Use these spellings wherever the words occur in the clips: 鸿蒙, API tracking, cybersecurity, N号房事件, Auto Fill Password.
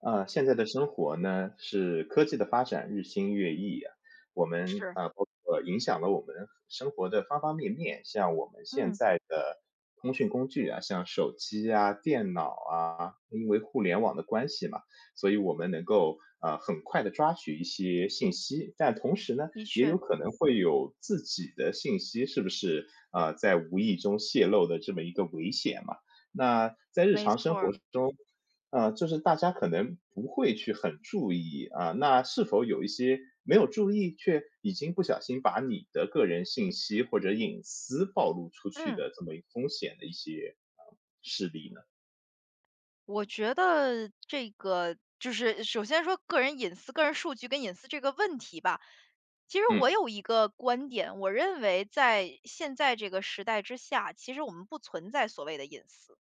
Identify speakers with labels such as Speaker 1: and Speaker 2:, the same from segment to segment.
Speaker 1: 现在的生活呢，是科技的发展日新月异啊，我们
Speaker 2: 是，
Speaker 1: 啊，包括影响了我们生活的方方面面。像我们现
Speaker 2: 嗯，
Speaker 1: 在的通讯工具啊，像手机啊、电脑啊，因为互联网的关系嘛，所以我们能够很快的抓取一些信息，但同时呢，
Speaker 2: 的
Speaker 1: 也有
Speaker 2: 确，
Speaker 1: 可能会有自己的信息是不是在无意中泄露的这么一个危险嘛？那在日
Speaker 2: 没
Speaker 1: 常生
Speaker 2: 错
Speaker 1: 活
Speaker 2: 儿。
Speaker 1: 中，就是大家可能不会去很注意啊，那是否有一些没有注意却已经不小心把你的个人信息或者隐私暴露出去
Speaker 2: 嗯，
Speaker 1: 的这么一个风险的一些事例呢？
Speaker 2: 我觉得这个就是首先说个人隐私、个人数据跟隐私这个问题吧。其实我
Speaker 1: 嗯，
Speaker 2: 有一个观点，我认为在现在这个时代之下，其实我们不存在所谓的隐私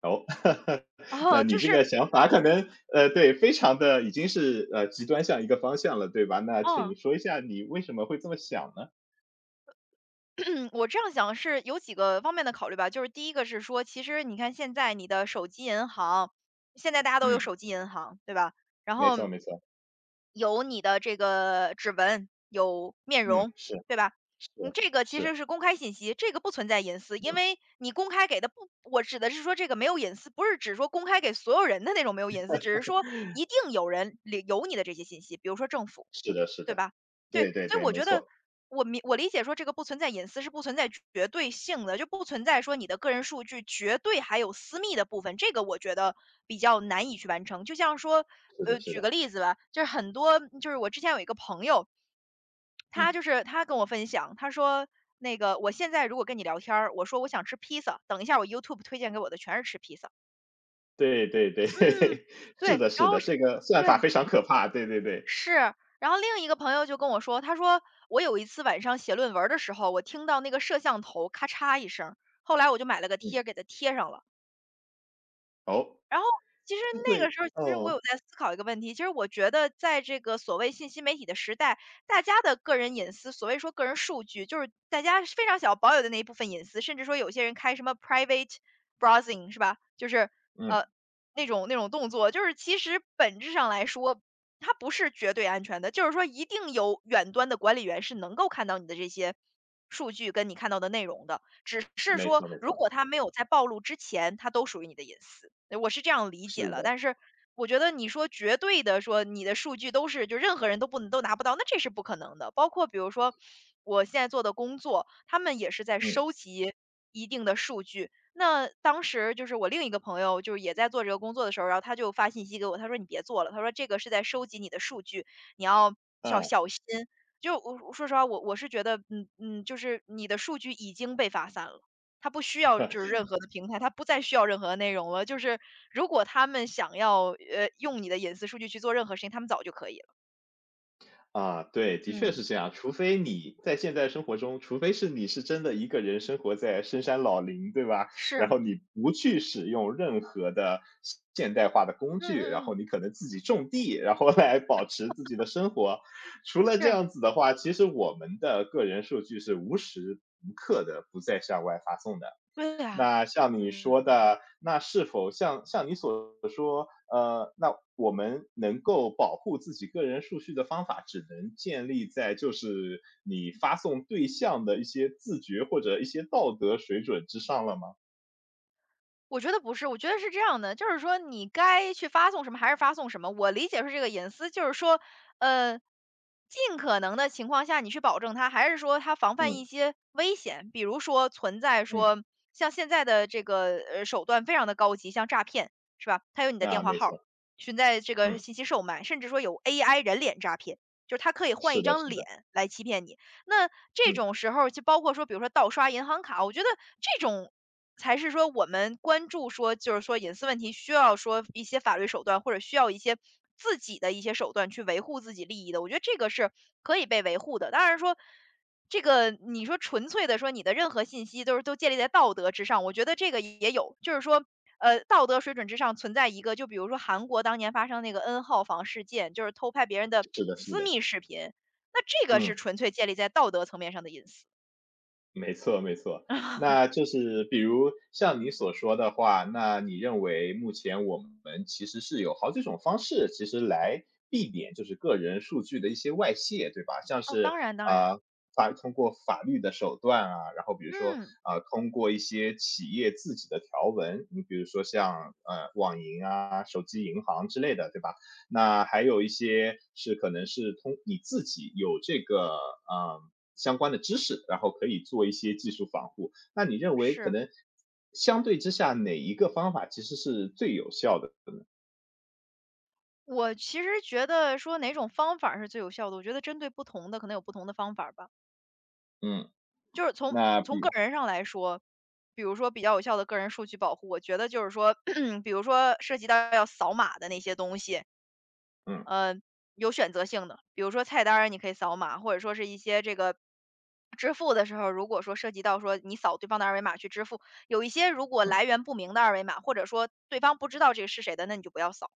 Speaker 1: 哦，那
Speaker 2: 啊，
Speaker 1: 你这个想法可能对，非常的已经是极端向一个方向了，对吧？那请
Speaker 2: 嗯。
Speaker 1: 说一下你为什么会这么想呢？
Speaker 2: 我这样想是有几个方面的考虑吧，就是第一个是说，其实你看现在你的手机银行，现在大家都有
Speaker 1: 嗯，
Speaker 2: 手机银行，对吧？然
Speaker 1: 没
Speaker 2: 后
Speaker 1: 错没错，
Speaker 2: 有你的这个指纹，有面
Speaker 1: 嗯，
Speaker 2: 容，
Speaker 1: 是
Speaker 2: 对吧？
Speaker 1: 是
Speaker 2: 嗯，这个其
Speaker 1: 是，
Speaker 2: 实是公开信息，这个不存在隐私，
Speaker 1: 嗯，
Speaker 2: 因为你公开给的不，我指的是说这个没有隐私，不是指说公开给所有人的那种没有隐私，只是说一定有人领有你的这些信息，比如说政府。
Speaker 1: 是的是
Speaker 2: 对
Speaker 1: 的，
Speaker 2: 吧？对，
Speaker 1: 对对
Speaker 2: 所以
Speaker 1: 对，
Speaker 2: 我
Speaker 1: 没
Speaker 2: 觉得
Speaker 1: 错，
Speaker 2: 我理解说这个不存在隐私是不存在绝对性的，就不存在说你的个人数据绝对还有私密的部分，这个我觉得比较难以去完成。就像说，
Speaker 1: 是的是
Speaker 2: 举
Speaker 1: 的，
Speaker 2: 个例子吧，就是很多就是我之前有一个朋友，他
Speaker 1: 嗯。
Speaker 2: 就是他跟我分享，他说那个我现在如果跟你聊天儿，我说我想吃披萨，等一下我 YouTube 推荐给我的全是吃披萨，
Speaker 1: 对对对，
Speaker 2: 嗯，对，
Speaker 1: 是的
Speaker 2: 然
Speaker 1: 是
Speaker 2: 后
Speaker 1: 的，
Speaker 2: 是，
Speaker 1: 这个算法
Speaker 2: 对，
Speaker 1: 非常可怕，对对对，
Speaker 2: 是，然后另一个朋友就跟我说，他说我有一次晚上写论文儿的时候，我听到那个摄像头咔嚓一声。后来我就买了个
Speaker 1: 嗯，
Speaker 2: 贴给它贴上了。
Speaker 1: 哦，
Speaker 2: 然后其实
Speaker 1: 它
Speaker 2: 那个
Speaker 1: 会
Speaker 2: 时候，其实我
Speaker 1: 哦，
Speaker 2: 有在思考一个问题，其实我觉得在这个所谓信息媒体的时代，大家的个人隐私，所谓说个人数据，就是大家是非常想要保有的那一部分隐私，甚至说有些人开什么 private browsing 是吧？就是
Speaker 1: 嗯，
Speaker 2: 呃那种动作，就是其实本质上来说，它不是绝对安全的，就是说一定有远端的管理员是能够看到你的这些数据跟你看到的内容的。只是
Speaker 1: 没
Speaker 2: 说
Speaker 1: 错没
Speaker 2: 如
Speaker 1: 错，
Speaker 2: 果它没有在暴露之前，它都属于你的隐私，我是这样理解
Speaker 1: 是
Speaker 2: 了。
Speaker 1: 的，
Speaker 2: 但是我觉得你说绝对的说你的数据都是就任何人都不能都拿不到，那这是不可能的。包括比如说我现在做的工作，他们也是在
Speaker 1: 嗯，
Speaker 2: 收集一定的数据。那当时就是我另一个朋友，就是也在做这个工作的时候，然后他就发信息给我，他说你别做了，他说这个是在收集你的数据，你要
Speaker 1: 啊。
Speaker 2: 小心。就我说实话，我是觉得，就是你的数据已经被发散了，它不需要就是任何的平台，它不再需要任何的内容了。就是如果他们想要用你的隐私数据去做任何事情，他们早就可以了。
Speaker 1: 啊，对，的确
Speaker 2: 嗯，
Speaker 1: 是这样。除非你在现在生活中，除非是你是真的一个人生活在深山老林，对吧？然
Speaker 2: 是，
Speaker 1: 后你不去使用任何的现代化的工
Speaker 2: 嗯
Speaker 1: 具，然
Speaker 2: 嗯
Speaker 1: 后
Speaker 2: 嗯，
Speaker 1: 你可能自己种地，然后来保持自己的生活。除了这
Speaker 2: 是，
Speaker 1: 样子的话，其实我们的个人数据是无时无刻的不再向外发送的。
Speaker 2: 对呀，
Speaker 1: 那像你
Speaker 2: 嗯。
Speaker 1: 说的，那是否像你所说，那我们能够保护自己个人数据的方法，只能建立在就是你发送对象的一些自觉或者一些道德水准之上了吗？
Speaker 2: 我觉得不是，我觉得是这样的，就是说你该去发送什么还是发送什么。我理解是这个隐私，就是说，呃，尽可能的情况下，你去保证它，还是说它防范一
Speaker 1: 嗯
Speaker 2: 些危险，比如说存在
Speaker 1: 嗯，
Speaker 2: 说像现在的这个手段非常的高级，像诈骗是吧？它有你的电
Speaker 1: 啊，
Speaker 2: 话
Speaker 1: 没
Speaker 2: 号儿，
Speaker 1: 错，
Speaker 2: 存在这个
Speaker 1: 嗯，
Speaker 2: 信息售卖，甚至说有 AI 人脸诈骗。就是它可以换
Speaker 1: 是
Speaker 2: 一
Speaker 1: 的，是
Speaker 2: 张
Speaker 1: 的，
Speaker 2: 脸来欺骗你，那这
Speaker 1: 嗯，
Speaker 2: 种时候就包括说，比如说盗刷银行卡，我觉得这种才是说我们关注说，就是说隐私问题需要说一些法律手段，或者需要一些自己的一些手段去维护自己利益的，我觉得这个是可以被维护的。当然说，这个你说纯粹的说你的任何信息都是都建立在道德之上，我觉得这个也有，就是说，道德水准之上存在一个，就比如说韩国当年发生那个 N 号房事件，就是偷拍别人的
Speaker 1: 是的，是的，
Speaker 2: 私密视频，那这个
Speaker 1: 嗯。
Speaker 2: 是纯粹建立在道德层面上的隐私。
Speaker 1: 没错，没错。那 就是比如像你所说的话，那你认为目前我们其实是有好几种方式，其实来避免就是个人数据的一些外泄，对吧？像
Speaker 2: 哦，
Speaker 1: 是
Speaker 2: 当然当然，
Speaker 1: 呃通过法律的手段啊，然后比如说
Speaker 2: 嗯，
Speaker 1: 通过一些企业自己的条文，你比如说像网银啊、手机银行之类的，对吧？那还有一些是可能是通你自己有这个嗯。呃相关的知识，然后可以做一些技术防护。那你认为可
Speaker 2: 是。
Speaker 1: 能相对之下，哪一个方法其实是最有效的呢？
Speaker 2: 我其实觉得说哪种方法是最有效的，我觉得针对不同的可能有不同的方法吧。
Speaker 1: 嗯，
Speaker 2: 就是从
Speaker 1: 那
Speaker 2: 从个
Speaker 1: 比
Speaker 2: 人上来说，比如说比较有效的个人数据保护，我觉得就是说，比如说涉及到要扫码的那些东西，
Speaker 1: 嗯，
Speaker 2: 呃，有选择性的，比如说菜单儿你可以扫码，或者说是一些这个支付的时候，如果说涉及到说你扫对方的二维码去支付，有一些如果
Speaker 1: 嗯。
Speaker 2: 来源不明的二维码，或者说对方不知道这个是谁的，那你就不要扫。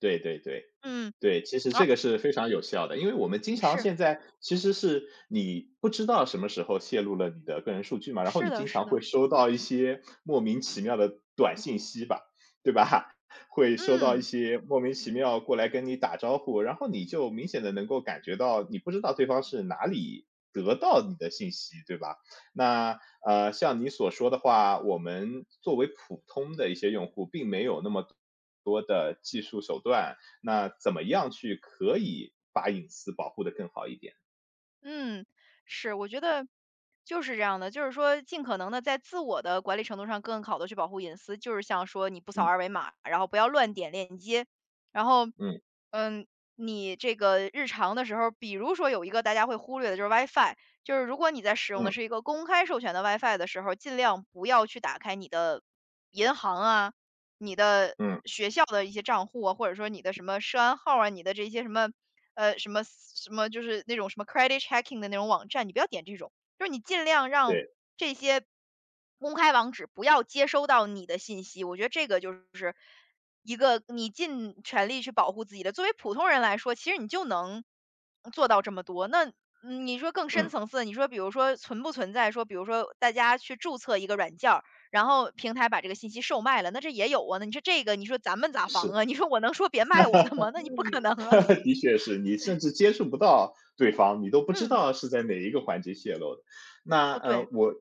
Speaker 1: 对对对，
Speaker 2: 嗯，
Speaker 1: 对，其实
Speaker 2: 哦，
Speaker 1: 这个是非常有效的，因为我们经常
Speaker 2: 是
Speaker 1: 现在其实是你不知道什么时候泄露了你的个人数据嘛，然后你
Speaker 2: 是的，
Speaker 1: 经
Speaker 2: 是
Speaker 1: 常会
Speaker 2: 的，
Speaker 1: 收到一些莫名其妙的短信息吧，对吧？会收到一
Speaker 2: 嗯。
Speaker 1: 些莫名其妙过来跟你打招呼，然后你就明显的能够感觉到，你不知道对方是哪里得到你的信息，对吧？那，像你所说的话，我们作为普通的一些用户并没有那么多的技术手段，那怎么样去可以把隐私保护得更好一点？
Speaker 2: 嗯，是，我觉得就是这样的，就是说尽可能的在自我的管理程度上更好的去保护隐私，就是像说你不扫
Speaker 1: 嗯，
Speaker 2: 二维码，然后不要乱点链接，然后，
Speaker 1: 嗯，
Speaker 2: 嗯，你这个日常的时候，比如说有一个大家会忽略的就是 WiFi，就是如果你在使用的
Speaker 1: 嗯，
Speaker 2: 是一个公开授权的 WiFi 的时候，尽量不要去打开你的银行啊，你的
Speaker 1: 嗯，
Speaker 2: 票的一些账户啊，或者说你的什么涉安号啊，你的这些什么，什么什么就是那种什么 credit checking 的那种网站，你不要点这种，就是你尽量让
Speaker 1: 对，
Speaker 2: 这些公开网址不要接收到你的信息。我觉得这个就是一个你尽全力去保护自己的。作为普通人来说，其实你就能做到这么多。那你说更深
Speaker 1: 嗯，
Speaker 2: 层次的，你说比如说存不存在，说比如说大家去注册一个软件儿。然后平台把这个信息售卖了，那这也有啊，那你说这个，你说咱们咋防
Speaker 1: 是。
Speaker 2: 啊？你说我能说别卖我的吗？那你不可能啊。
Speaker 1: 的确是你甚至接触不到对方，你都不知
Speaker 2: 嗯，
Speaker 1: 道是在哪一个环节泄露的。那
Speaker 2: 哦对，
Speaker 1: 我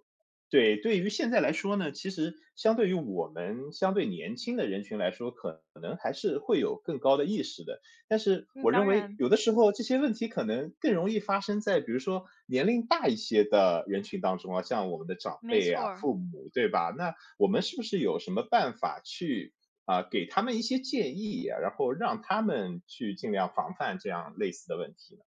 Speaker 1: 对对于现在来说呢，其实相对于我们相对年轻的人群来说，可能还是会有更高的意识的。但是
Speaker 2: 嗯，
Speaker 1: 我认
Speaker 2: 当
Speaker 1: 为，
Speaker 2: 然，
Speaker 1: 有的时候这些问题可能更容易发生在比如说年龄大一些的人群当中啊，像我们的长
Speaker 2: 没
Speaker 1: 辈
Speaker 2: 错
Speaker 1: 啊、
Speaker 2: 儿。
Speaker 1: 父母，对吧？那我们是不是有什么办法去给他们一些建议，然后让他们去尽量防范这样类似的问题呢？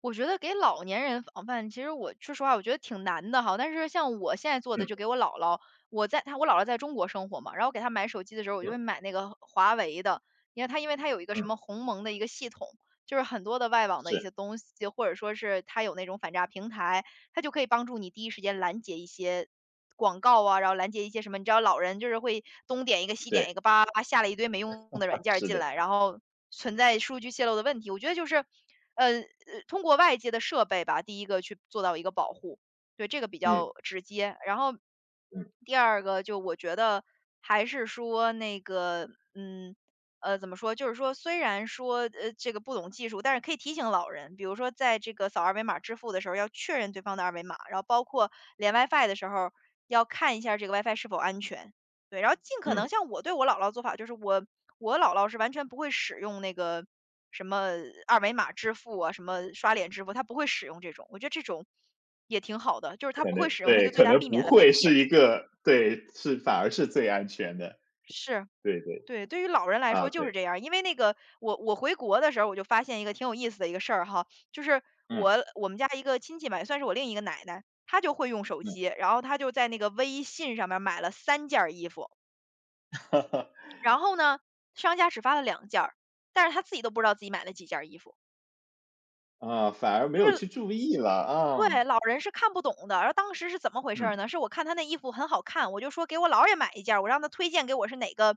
Speaker 2: 我觉得给老年人防范，其实我说实话，我觉得挺难的哈。但是像我现在做的，
Speaker 1: 嗯
Speaker 2: 就给我姥姥，我姥姥在中国生活嘛，然后给她买手机的时候，我就
Speaker 1: 嗯
Speaker 2: 会买那个华为的，因为它有一个
Speaker 1: 嗯，
Speaker 2: 什么鸿蒙的一个系统，就是很多的外网的一
Speaker 1: 是，
Speaker 2: 些东西，或者说是它有那种反诈平台，它就可以帮助你第一时间拦截一些广告啊，然后拦截一些什么，你知道老人就是会东点一个西点
Speaker 1: 对，
Speaker 2: 一个，叭叭叭下了一堆没用的软件儿
Speaker 1: 是的，
Speaker 2: 进来，然后存在数据泄露的问题。我觉得就是，呃，呃通过外界的设备吧，第一个去做到一个保护，对这个比
Speaker 1: 嗯
Speaker 2: 较直接。然后
Speaker 1: 嗯
Speaker 2: 第二个就我觉得还是说那个。怎么说，就是说虽然说，这个不懂技术，但是可以提醒老人，比如说在这个扫二维码支付的时候要确认对方的二维码，然后包括连 WiFi 的时候要看一下这个 WiFi 是否安全。对，然后尽可能
Speaker 1: 嗯，
Speaker 2: 像我对我姥姥做法，就是我姥姥是完全不会使用那个什么二维码支付啊，什么刷脸支付，她不会使用这种，我觉得这种也挺好的，就是她
Speaker 1: 可
Speaker 2: 不
Speaker 1: 能
Speaker 2: 会使用，她
Speaker 1: 对，
Speaker 2: 就最
Speaker 1: 可
Speaker 2: 大
Speaker 1: 能
Speaker 2: 避
Speaker 1: 不
Speaker 2: 免了被
Speaker 1: 会是
Speaker 2: 骗。
Speaker 1: 一个对，是反而是最安全的，
Speaker 2: 是。
Speaker 1: 对对，
Speaker 2: 对，对于老人来
Speaker 1: 啊
Speaker 2: 说就是
Speaker 1: 对，
Speaker 2: 这样儿，因为那个我回国的时候，我就发现一个挺有意思的一个事儿哈，就是
Speaker 1: 嗯
Speaker 2: 我们家一个亲戚吧，也算是我另一个奶奶，她就会用手
Speaker 1: 嗯，
Speaker 2: 机，然后她就在那个微信上面买了三件儿衣服，然后呢，商家只发了两件儿，但是她自己都不知道自己买了几件儿衣服。
Speaker 1: 啊，反而没
Speaker 2: 就
Speaker 1: 有
Speaker 2: 是
Speaker 1: 去注意了啊，
Speaker 2: 对，老人是看不懂的。然后当时是怎么回事
Speaker 1: 嗯
Speaker 2: 儿呢？是我看他那衣服很好看，我就说给我姥儿也买一件儿，我让他推荐给我是哪个，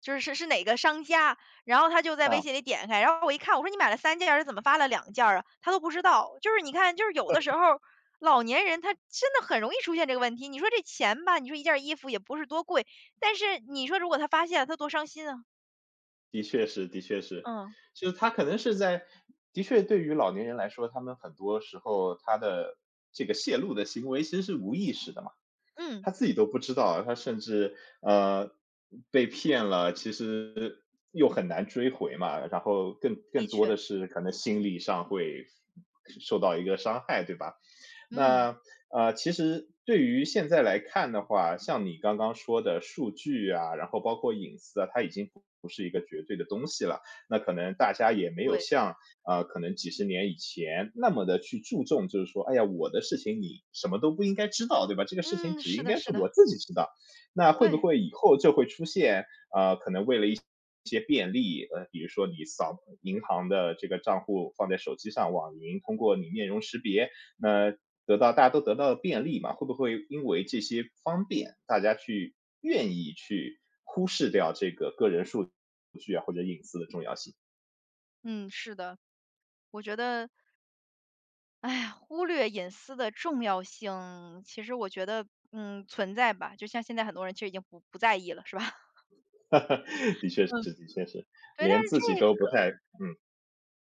Speaker 2: 就是是哪个商家。然后他就在微
Speaker 1: 啊，
Speaker 2: 信里点开，然后我一看，我说你买了三件儿，怎么发了两件儿啊？他都不知道。就是你看，就是有的时候老年人他真的很容易出现这个问题。你说这钱吧，你说一件儿衣服也不是多贵，但是你说如果他发现了，他多伤心啊。
Speaker 1: 的确是，的确是，
Speaker 2: 嗯
Speaker 1: 就是他可能是在，的确对于老年人来说，他们很多时候他的这个泄露的行为其实是无意识的嘛。
Speaker 2: 嗯，
Speaker 1: 他自己都不知道，他甚至呃被骗了，其实又很难追回嘛。然后更
Speaker 2: 的
Speaker 1: 多
Speaker 2: 确，
Speaker 1: 的是可能心理上会受到一个伤害，对吧？
Speaker 2: 嗯，
Speaker 1: 那其实对于现在来看的话，像你刚刚说的数据啊，然后包括隐私啊，它已经不是一个绝对的东西了。那可能大家也没有
Speaker 2: 对，
Speaker 1: 像可能几十年以前那么的去注重，就是说，哎呀，我的事情你什么都不应该知道，对吧？这个事情
Speaker 2: 嗯，
Speaker 1: 只
Speaker 2: 是
Speaker 1: 应
Speaker 2: 的，
Speaker 1: 该是
Speaker 2: 是
Speaker 1: 我
Speaker 2: 的，
Speaker 1: 自己知道。那会不
Speaker 2: 对，
Speaker 1: 会以后就会出现一些便利？呃，比如说你扫银行的这个账户放在手机上网银，通过你面容识别，那得到大家都得到了便利嘛？会不会因为这些方便，大家去愿意去忽视掉这个个人数据啊，或者隐私的重要性？
Speaker 2: 嗯，是的，我觉得。哎呀，忽略隐私的重要性，其实我觉得，嗯，存在吧，就像现在很多人其实已经不在意了，是吧？
Speaker 1: 的确是
Speaker 2: 嗯。
Speaker 1: 的确是，
Speaker 2: 对，但
Speaker 1: 连
Speaker 2: 是
Speaker 1: 自己
Speaker 2: 这
Speaker 1: 都不太嗯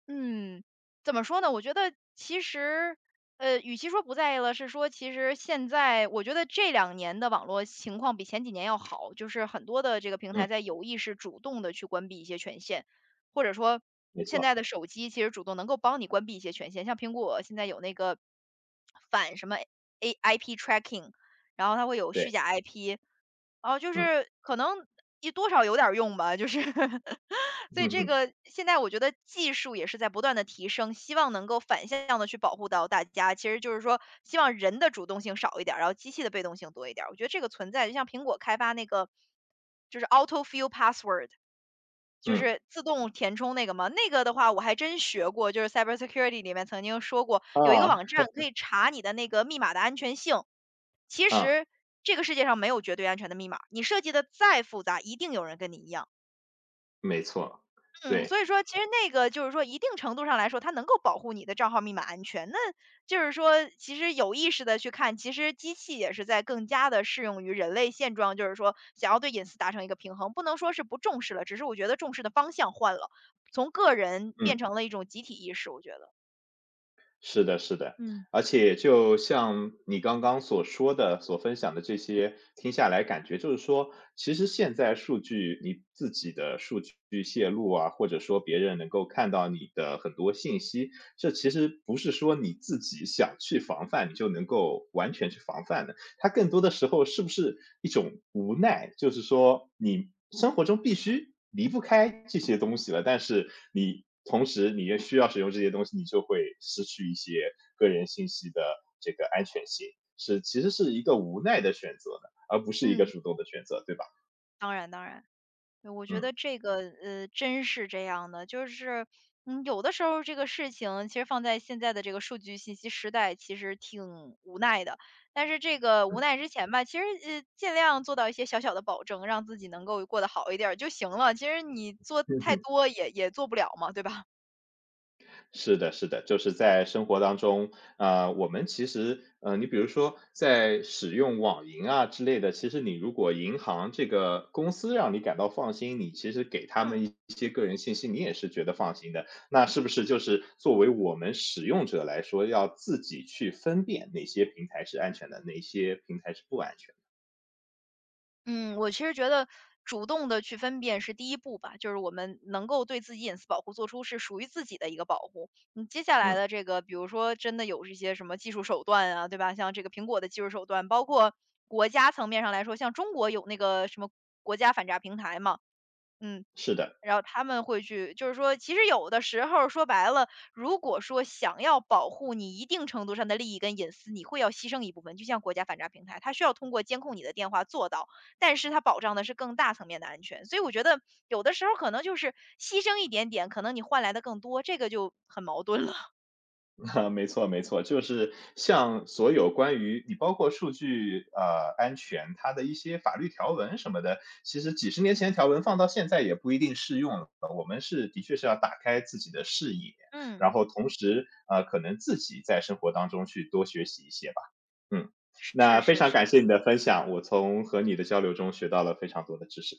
Speaker 2: 嗯，怎么说呢？我觉得其实，与其说不在意了，是说其实现在我觉得这两年的网络情况比前几年要好，就是很多的这个平
Speaker 1: 嗯，
Speaker 2: 台在有意识主动的去关闭一些权限，或者说
Speaker 1: 没
Speaker 2: 现
Speaker 1: 错，
Speaker 2: 在的手机其实主动能够帮你关闭一些权限，像苹果现在有那个反什么 A IP tracking，然后它会有虚
Speaker 1: 对，
Speaker 2: 假 IP。哦，就
Speaker 1: 嗯，
Speaker 2: 是可能也多少有点儿用吧，就是
Speaker 1: 嗯
Speaker 2: 所以这
Speaker 1: 哼，
Speaker 2: 个现在我觉得技术也是在不断的提升，希望能够反向的去保护到大家。其实就是说，希望人的主动性少一点儿，然后机器的被动性多一点儿。我觉得这个存在，就像苹果开发那个就是 Auto Fill Password，就
Speaker 1: 嗯，
Speaker 2: 是自动填充那个嘛，那个的话我还真学过，就是 cybersecurity 里面曾经说过，有一个
Speaker 1: 啊，
Speaker 2: 网站可以查你的那个密码的安全性。其
Speaker 1: 啊，
Speaker 2: 实这个世界上没有绝对安全的密码，你设计的再复杂，一定有人跟你一样。
Speaker 1: 没错，
Speaker 2: 嗯，
Speaker 1: 对，
Speaker 2: 所以说其实那个就是说一定程度上来说，它能够保护你的账号密码安全。那就是说，其实有意识的去看，其实机器也是在更加的适用于人类现状，就是说想要对隐私达成一个平衡，不能说是不重视了，只是我觉得重视的方向换了，从个人变
Speaker 1: 嗯，
Speaker 2: 成了一种集体意识，我觉得。
Speaker 1: 是的是的。
Speaker 2: 嗯。
Speaker 1: 而且就像你刚刚所说的、所分享的这些，听下来感觉就是说，其实现在数据你自己的数据泄露啊，或者说别人能够看到你的很多信息，这其实不是说你自己想去防范，你就能够完全去防范的。它更多的时候是不是一种无奈？就是说，你生活中必须离不开这些东西了，但是你同时你也需要使用这些东西，你就会失去一些个人信息的这个安全性，是其实是一个无奈的选择的而不是一个
Speaker 2: 嗯，
Speaker 1: 主动的选择，对吧？
Speaker 2: 当然当然。对我觉
Speaker 1: 嗯
Speaker 2: 得这个，真是这样的，就是，嗯，有的时候这个事情其实放在现在的这个数据信息时代，其实挺无奈的。但是这个无
Speaker 1: 嗯。
Speaker 2: 奈之前吧，其实，尽量做到一些小小的保证，让自己能够过得好一点儿就行了。其实你做太
Speaker 1: 嗯
Speaker 2: 多也做不了嘛，对吧？
Speaker 1: 是的，是的，就是在生活当中，我们其实，你比如说在使用网银啊之类的，其实你如果银行这个公司让你感到放心，你其实给他
Speaker 2: 嗯。
Speaker 1: 们一些个人信息，你也是觉得放心的。那是不是就是作为我们使用者来说，要自己去分辨哪些平台是安全的，哪些平台是不安全
Speaker 2: 嗯，我其实觉得主动的去分辨是第一步吧，就是我们能够对自己隐私保护做出是属于自己的一个保护。嗯，接下
Speaker 1: 的？
Speaker 2: 来
Speaker 1: 嗯，
Speaker 2: 的这个，比如说真的有这些什么技术手段啊，对吧？像这个苹果的技术手段，包括国家层面上来说，像中国有那个什么国家反诈平台嘛，嗯，
Speaker 1: 是的。
Speaker 2: 然后他们会去就是说，其实有的时候说白了，如果说想要保护你一定程度上的利益跟隐私，你会要牺牲一部分。就像国家反诈平台，它需要通过监控你的电话做到，但是它保障的是更大层面的安全。所以我觉得有的时候可能就是牺牲一点点，可能你换来的更多，这个就很矛盾了。
Speaker 1: 啊，没错没错，就是像所有关于你包括数据安全，它的一些法律条文什么的，其实几十年前条文放到现在也不一定适用了。我们是的确是要打开自己的视野，
Speaker 2: 嗯，
Speaker 1: 然后同时可能自己在生活当中去多学习一些吧。嗯，那
Speaker 2: 是
Speaker 1: 非
Speaker 2: 是
Speaker 1: 常感
Speaker 2: 是。
Speaker 1: 谢你的分享，我从和你的交流中学到了非常多的知识。